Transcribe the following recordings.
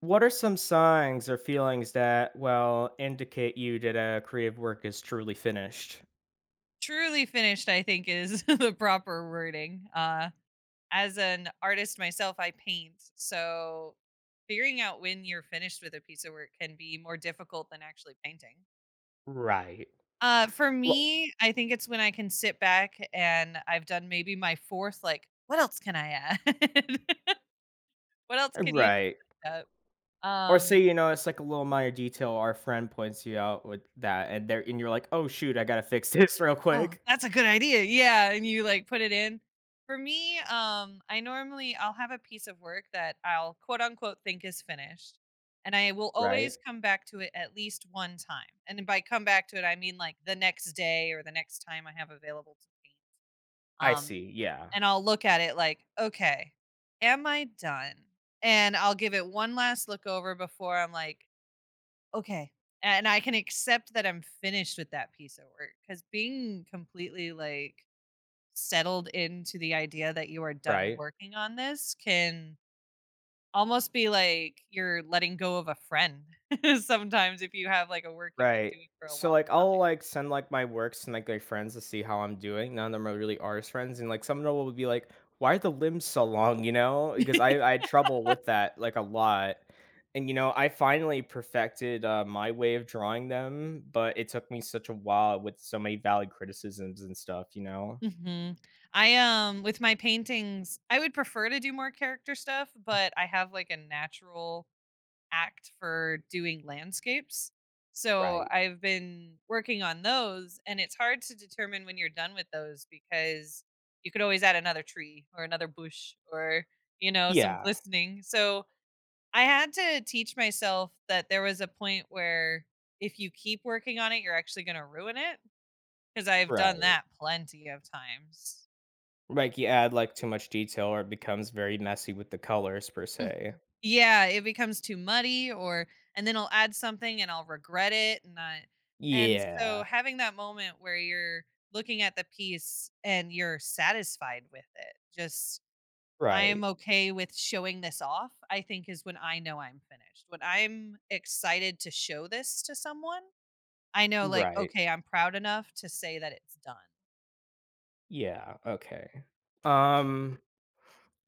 What are some signs or feelings that, indicate you that a creative work is truly finished? Truly finished, I think, is the proper wording. As an artist myself, I paint, so figuring out when you're finished with a piece of work can be more difficult than actually painting. Right. For Well, me, I think it's when I can sit back and I've done maybe my fourth, like, what else can I add? What else could you right. add? Or um say, you know, it's like a little minor detail our friend points you out with that and they're and you're like, oh shoot, I gotta fix this real Oh, quick. that's a good idea. Yeah, and you like put it in. For me, I normally, I'll have a piece of work that I'll quote unquote think is finished, and I will Right. always come back to it at least one time. And by come back to it, I mean like the next day or the next time I have available to paint. I Um, see. Yeah. and I'll look at it like, okay, am I done? And I'll give it one last look over before I'm like, okay. And I can accept that I'm finished with that piece of work, because being completely like settled into the idea that you are done Right. working on this can almost be like you're letting go of a friend sometimes, if you have like a work you've been Right. doing for a So, long like, I'll, time. like, send, like, my works to, like, my friends to see how I'm doing. None of them are really artist friends, and, like, some of them will be like, "Why are the limbs so long?" You know? Because I I had trouble with that, like, a lot. And, you know, I finally perfected, my way of drawing them, but it took me such a while with so many valid criticisms and stuff, you know? Hmm. I, with my paintings, I would prefer to do more character stuff, but I have like a natural act for doing landscapes. So Right. I've been working on those, and it's hard to determine when you're done with those, because you could always add another tree or another bush or, you know, some Yeah. glistening. So I had to teach myself that there was a point where if you keep working on it, you're actually going to ruin it, because I've done Right. that plenty of times. Like, you add, like, too much detail or it becomes very messy with the colors per se. Mhm. Yeah, it becomes too muddy, or and then I'll add something and I'll regret it. And I and so Yeah. having that moment where you're looking at the piece and you're satisfied with it. Just, I am Right. okay with showing this off, I think, is when I know I'm finished. When I'm excited to show this to someone, I know, like, Right. okay, I'm proud enough to say that it's done. Yeah, okay. Um,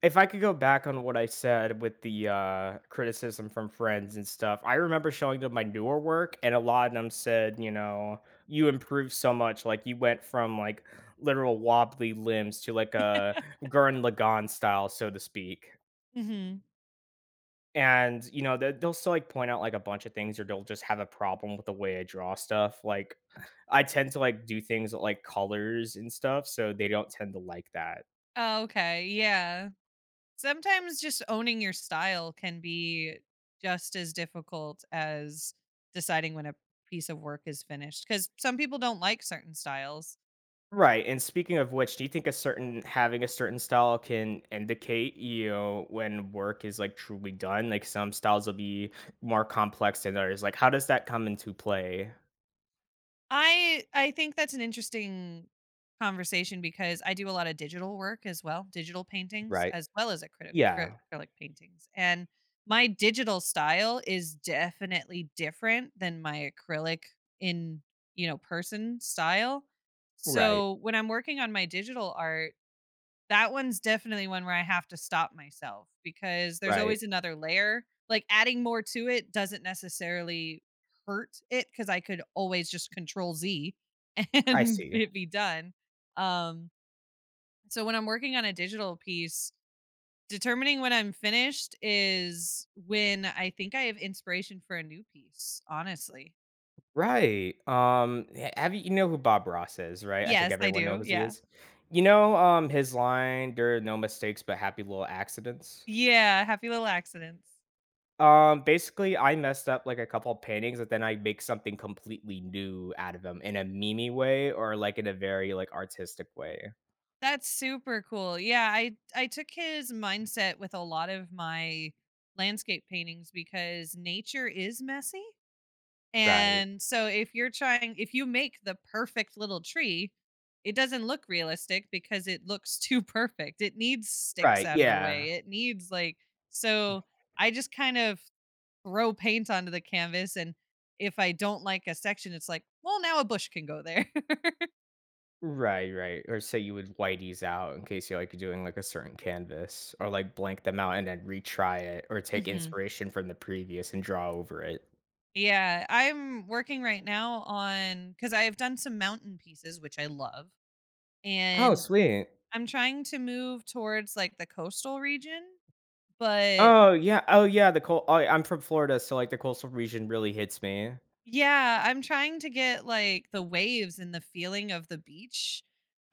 if I could go back on what I said with the, criticism from friends and stuff, I remember showing them my newer work, and a lot of them said, you know, "You improved so much, like, you went from, like, literal wobbly limbs to, like, a Gurren Lagann style, so to speak." Hmm. And, you know, they'll still, like, point out, like, a bunch of things, or they'll just have a problem with the way I draw stuff, like, I tend to, like, do things with, like, colors and stuff, so they don't tend to like that. Oh, okay. Yeah. Sometimes just owning your style can be just as difficult as deciding when a piece of work is finished, because some people don't like certain styles. Right, and speaking of which, do you think a certain having a certain style can indicate, you know, when work is, like, truly done? Like, some styles will be more complex than others, like, how does that come into play? I think that's an interesting conversation, because I do a lot of digital work as well, digital paintings Right. as well as acrylic Yeah. acrylic paintings. And my digital style is definitely different than my acrylic in, you know, person style. Right, So when I'm working on my digital art, that one's definitely one where I have to stop myself because there's right. always another layer. Like, adding more to it doesn't necessarily hurt it, because I could always just control Z I and see. it be done. Um, so when I'm working on a digital piece, determining when I'm finished is when I think I have inspiration for a new piece, honestly. Right, ha have you you know who Bob Ross is, right? I think Yes, I everyone do. knows who he Yeah. is. You know, his line, "There are no mistakes but happy little accidents?" Yeah. Happy little accidents. Basically, I messed up like a couple paintings, but then I make something completely new out of them in a meme way or like in a very like artistic way. That's super cool. Yeah, I took his mindset with a lot of my landscape paintings, because nature is messy. Right. And so if you make the perfect little tree, it doesn't look realistic because it looks too perfect. It needs sticks Right. out of the Yeah. way. It needs like, so I just kind of throw paint onto the canvas, and if I don't like a section, it's like, well, now a bush can go there. Right. Right. Or say you would white these out in case you're like doing like a certain canvas or like blank them out and then retry it or take Mhm. inspiration from the previous and draw over it. Yeah, I'm working right now on, because I've done some mountain pieces, which I love, Oh, and sweet. I'm trying to move towards like the coastal region, but, Oh, yeah. Oh, yeah. The cold. Oh, I'm from Florida, so like the coastal region really hits me. yeah, I'm trying to get, like, the waves and the feeling of the beach.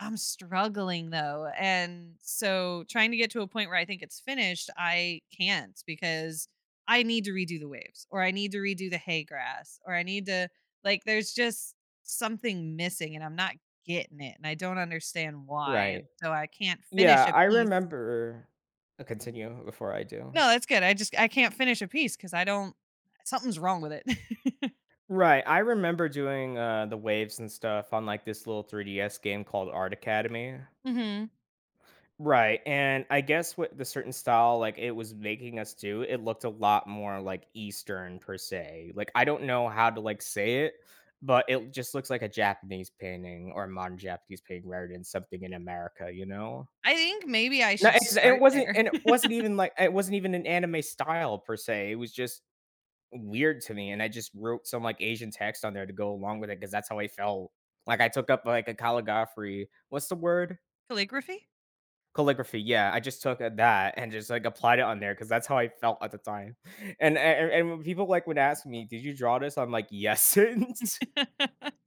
I'm struggling though, and so trying to get to a point where I think it's finished, I can't, because I need to redo the waves, or I need to redo the hay grass, or I need to, like, there's just something missing, and I'm not getting it, and I don't understand why, Right. and so I can't finish Yeah, a I piece. remember continue before I do. No, that's good. I just, I can't finish a piece because I don't, something's wrong with it. Right, I remember doing, the waves and stuff on, like, this little 3DS game called Art Academy. Mhm. Right, and I guess what the certain style, like, it was making us do, it looked a lot more, like, Eastern per se, like, I don't know how to, like, say it, but it just looks like a Japanese painting or a modern Japanese painting rather than something in America, you know? I think maybe I No, should it start wasn't there. and it wasn't even an anime style per se, it was just weird to me, and I just wrote some like Asian text on there to go along with it because that's how I felt. Like I took up like a calligraphy. What's the word? Calligraphy? Calligraphy. Yeah, I just took that and just like applied it on there because that's how I felt at the time. And when people like would ask me, "Did you draw this?" I'm like, "Yes."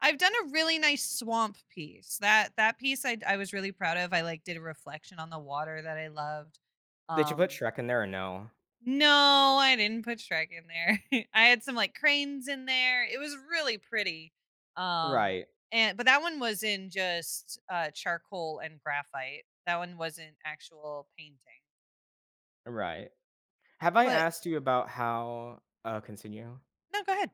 I've done a really nice swamp piece. That piece I was really proud of. I, like, did a reflection on the water that I loved. Did you put Um Shrek in there or no? No, I didn't put Shrek in there. I had some, like, cranes in there. It was really pretty. Um, Right, and but that one was in just, charcoal and graphite. That one wasn't actual painting. right. Have I But asked you about how? Continue. no, go ahead.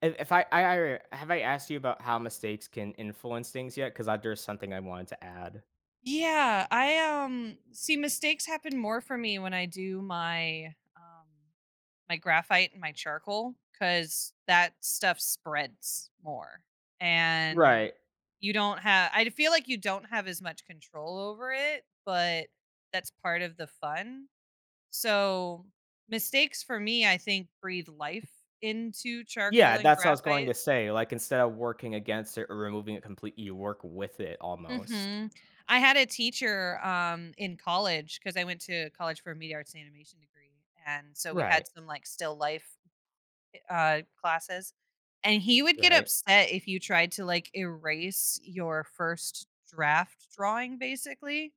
If I, I have I asked you about how mistakes can influence things yet? Because there's something I wanted to add. Yeah, I, see, mistakes happen more for me when I do my, my graphite and my charcoal, because that stuff spreads more, and Right. you don't have, I feel like you don't have as much control over it, but that's part of the fun. So, mistakes for me, I think, breathe life into charcoal Yeah, and that's what I was going graphite. to say, like, instead of working against it or removing it completely, you work with it almost. Mhm. I had a teacher, in college, because I went to college for a media arts and animation degree, and so we Right, had some, like, still life classes, and he would get right, upset if you tried to like erase your first draft drawing, basically,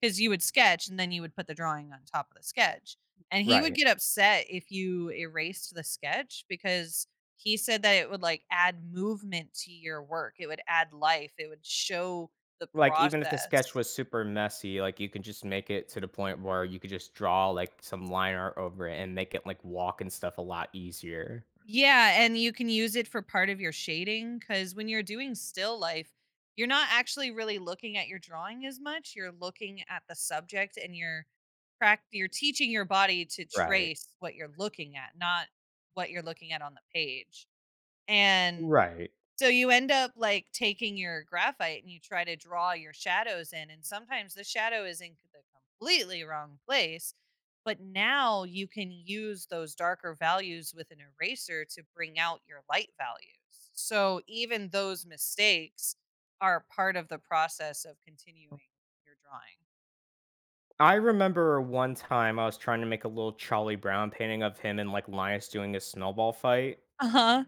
because you would sketch and then you would put the drawing on top of the sketch. And he would right. get upset if you erased the sketch, because he said that it would like add movement to your work, it would add life, it would show the Like, even if the sketch process. was super messy, like, you could just make it to the point where you could just draw, like, some line art over it and make it, like, walk and stuff a lot easier. Yeah, and you can use it for part of your shading, because when you're doing still life, you're not actually really looking at your drawing as much, you're looking at the subject and you're prac you're teaching your body to Right, trace what you're looking at, not what you're looking at on the page, and right. so you end up like taking your graphite and you try to draw your shadows in, and sometimes the shadow is in the completely wrong place. But now you can use those darker values with an eraser to bring out your light values. So even those mistakes are part of the process of continuing your drawing. I remember one time I was trying to make a little Charlie Brown painting of him and, like, Linus doing a snowball fight. Uh-huh.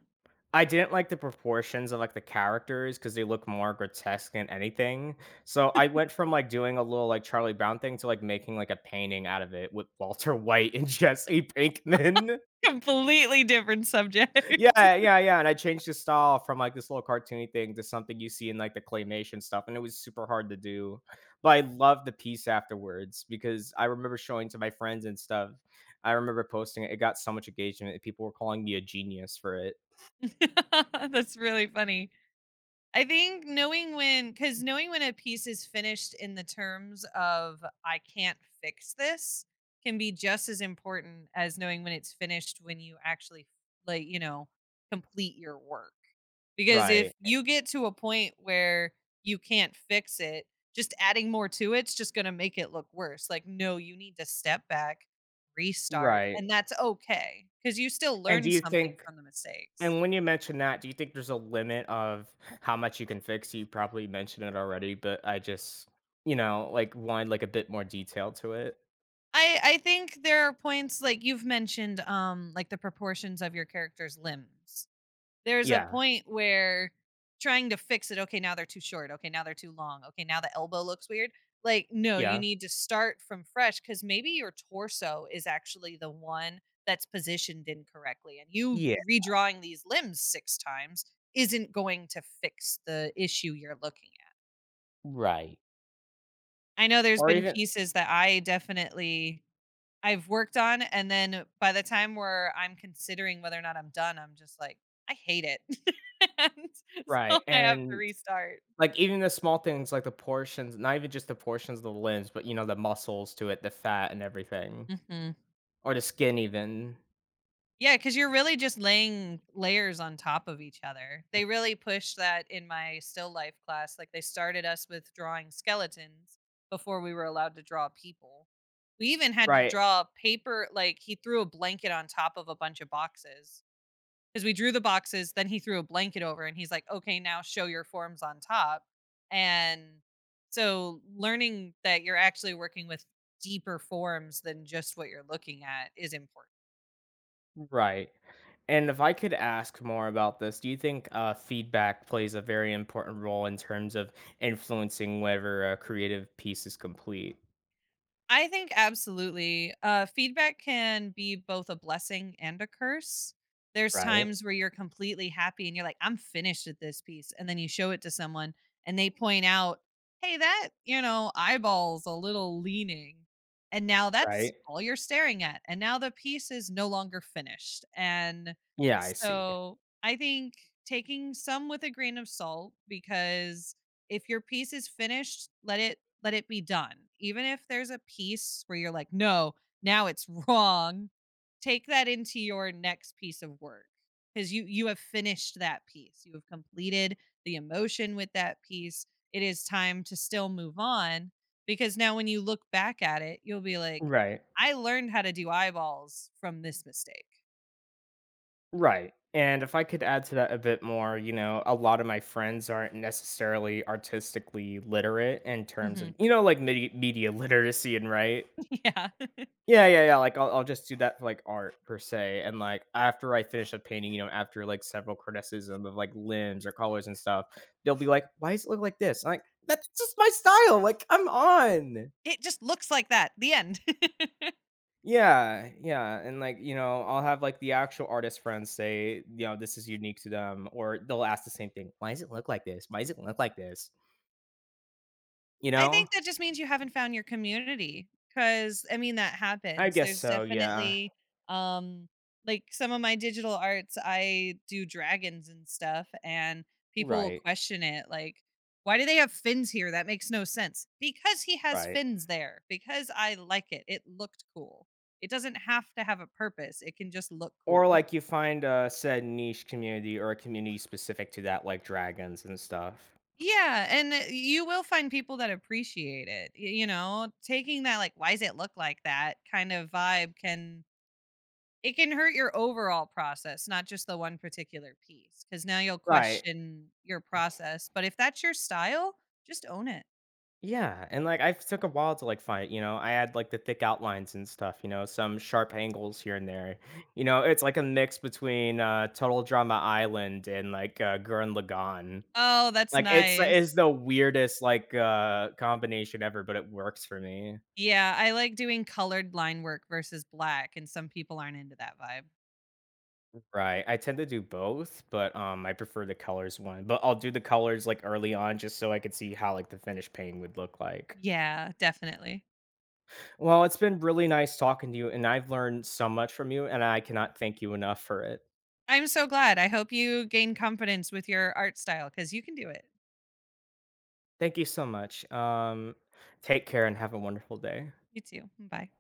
I didn't like the proportions of like the characters because they look more grotesque than anything. So I went from like doing a little like Charlie Brown thing to like making like a painting out of it with Walter White and Jesse Pinkman. Completely different subject. Yeah, yeah. And I changed the style from like this little cartoony thing to something you see in like the claymation stuff. And it was super hard to do. But I loved the piece afterwards because I remember showing to my friends and stuff. I remember posting it. It got so much engagement. And People were calling me a genius for it. That's really funny. I think knowing when, because knowing when a piece is finished in the terms of "I can't fix this" can be just as important as knowing when it's finished when you actually, like, you know, complete your work. Because Right. if you get to a point where you can't fix it, just adding more to it's just gonna make it look worse. Like, no, you need to step back, restart, Right. and that's okay because you still And learn do you something think from the mistakes. and When you mention that, do you think there's a limit of how much you can fix? You probably mentioned it already, but I just, you know, like, wanted, like, a bit more detail to it. I think there are points, like you've mentioned, like the proportions of your character's limbs. There's a Yeah, point where trying to fix it, okay, now they're too short, okay, now they're too long, okay, now the elbow looks weird. Like, no, you yeah. need to start from fresh, cuz maybe your torso is actually the one that's positioned incorrectly, and you Yeah. redrawing these limbs 6 times isn't going to fix the issue you're looking at. Right. I know there's Or been even pieces that I definitely I've worked on, and then by the time where I'm considering whether or not I'm done, I'm just like, "I hate it." And right, so I have to and, restart. like, even the small things, like the portions not even just the portions of the limbs, but, you know, the muscles to it, the fat and everything, Mhm. or the skin even. Because 'cause you're really just laying layers on top of each other. They really pushed that in my still life class, like, they started us with drawing skeletons before we were allowed to draw people. We even had to Right, draw paper, like, he threw a blanket on top of a bunch of boxes. Because we drew the boxes, then he threw a blanket over and he's like, okay, now show your forms on top. And so learning that you're actually working with deeper forms than just what you're looking at is important. right. And if I could ask more about this, do you think feedback plays a very important role in terms of influencing whether a creative piece is complete? I think absolutely. Feedback can be both a blessing and a curse. There's Right. times where you're completely happy and you're like, I'm finished at this piece. And then you show it to someone and they point out, hey, that, you know, eyeball's a little leaning. And now that's Right. all you're staring at. And now the piece is no longer finished. And Yeah, I see. so I think taking some with a grain of salt, because if your piece is finished, let it be done. Even if there's a piece where you're like, "No, now it's wrong." Take that into your next piece of work, because you have finished that piece. You have completed the emotion with that piece. It is time to still move on, because now when you look back at it, you'll be like, Right. "I learned how to do eyeballs from this mistake." Right. And if I could add to that a bit more, you know, a lot of my friends aren't necessarily artistically literate in terms of, Mhm. you know, like media literacy and right. Yeah. Yeah, yeah, like, I'll just do that for, like, art per se, and, like, after I finish a painting, you know, after, like, several criticism of, like, limbs or colors and stuff, they'll be like, "Why does it look like this?" I'm like, "That's just my style, like, I'm on." It just looks like that. The end. Yeah, and, like, you know, I'll have, like, the actual artist friends say, you know, "This is unique to them," or they'll ask the same thing, "Why does it look like this? Why does it look like this?" You I know? think that just means you haven't found your community, because I mean, that I happens. guess There's so, yeah. definitely, um like, some of my digital arts, I do dragons and stuff, and people Right, question it, like, "Why do they have fins here? That makes no sense." "Because he has right. fins there, because I like it. It looked cool." It doesn't have to have a purpose, it can just look Or cool. like you find a said niche community or a community specific to that, like dragons and stuff. Yeah, and, you will find people that appreciate it, y you know? Taking that, like, "Why does it look like that?" kind of vibe can, it can hurt your overall process, not just the one particular piece, because now you'll Right. question your process, but if that's your style, just own it. Yeah, and like I took a while to like find, you know, I had like the thick outlines and stuff, you know, some sharp angles here and there. You know, it's like a mix between Total Drama Island and like Gurren Lagann. Oh, that's Like it's nice. is the weirdest like combination ever, but it works for me. Yeah, I like doing colored line work versus black, and some people aren't into that vibe. Right, I tend to do both, but, I prefer the colors one, but I'll do the colors, like, early on just so I could see how, like, the finished painting would look like. Yeah, definitely. Well, it's been really nice talking to you, and I've learned so much from you, and I cannot thank you enough for it. I'm so glad, I hope you gain confidence with your art style because you can do it. Thank you so much, take care and have a wonderful day. You too, bye.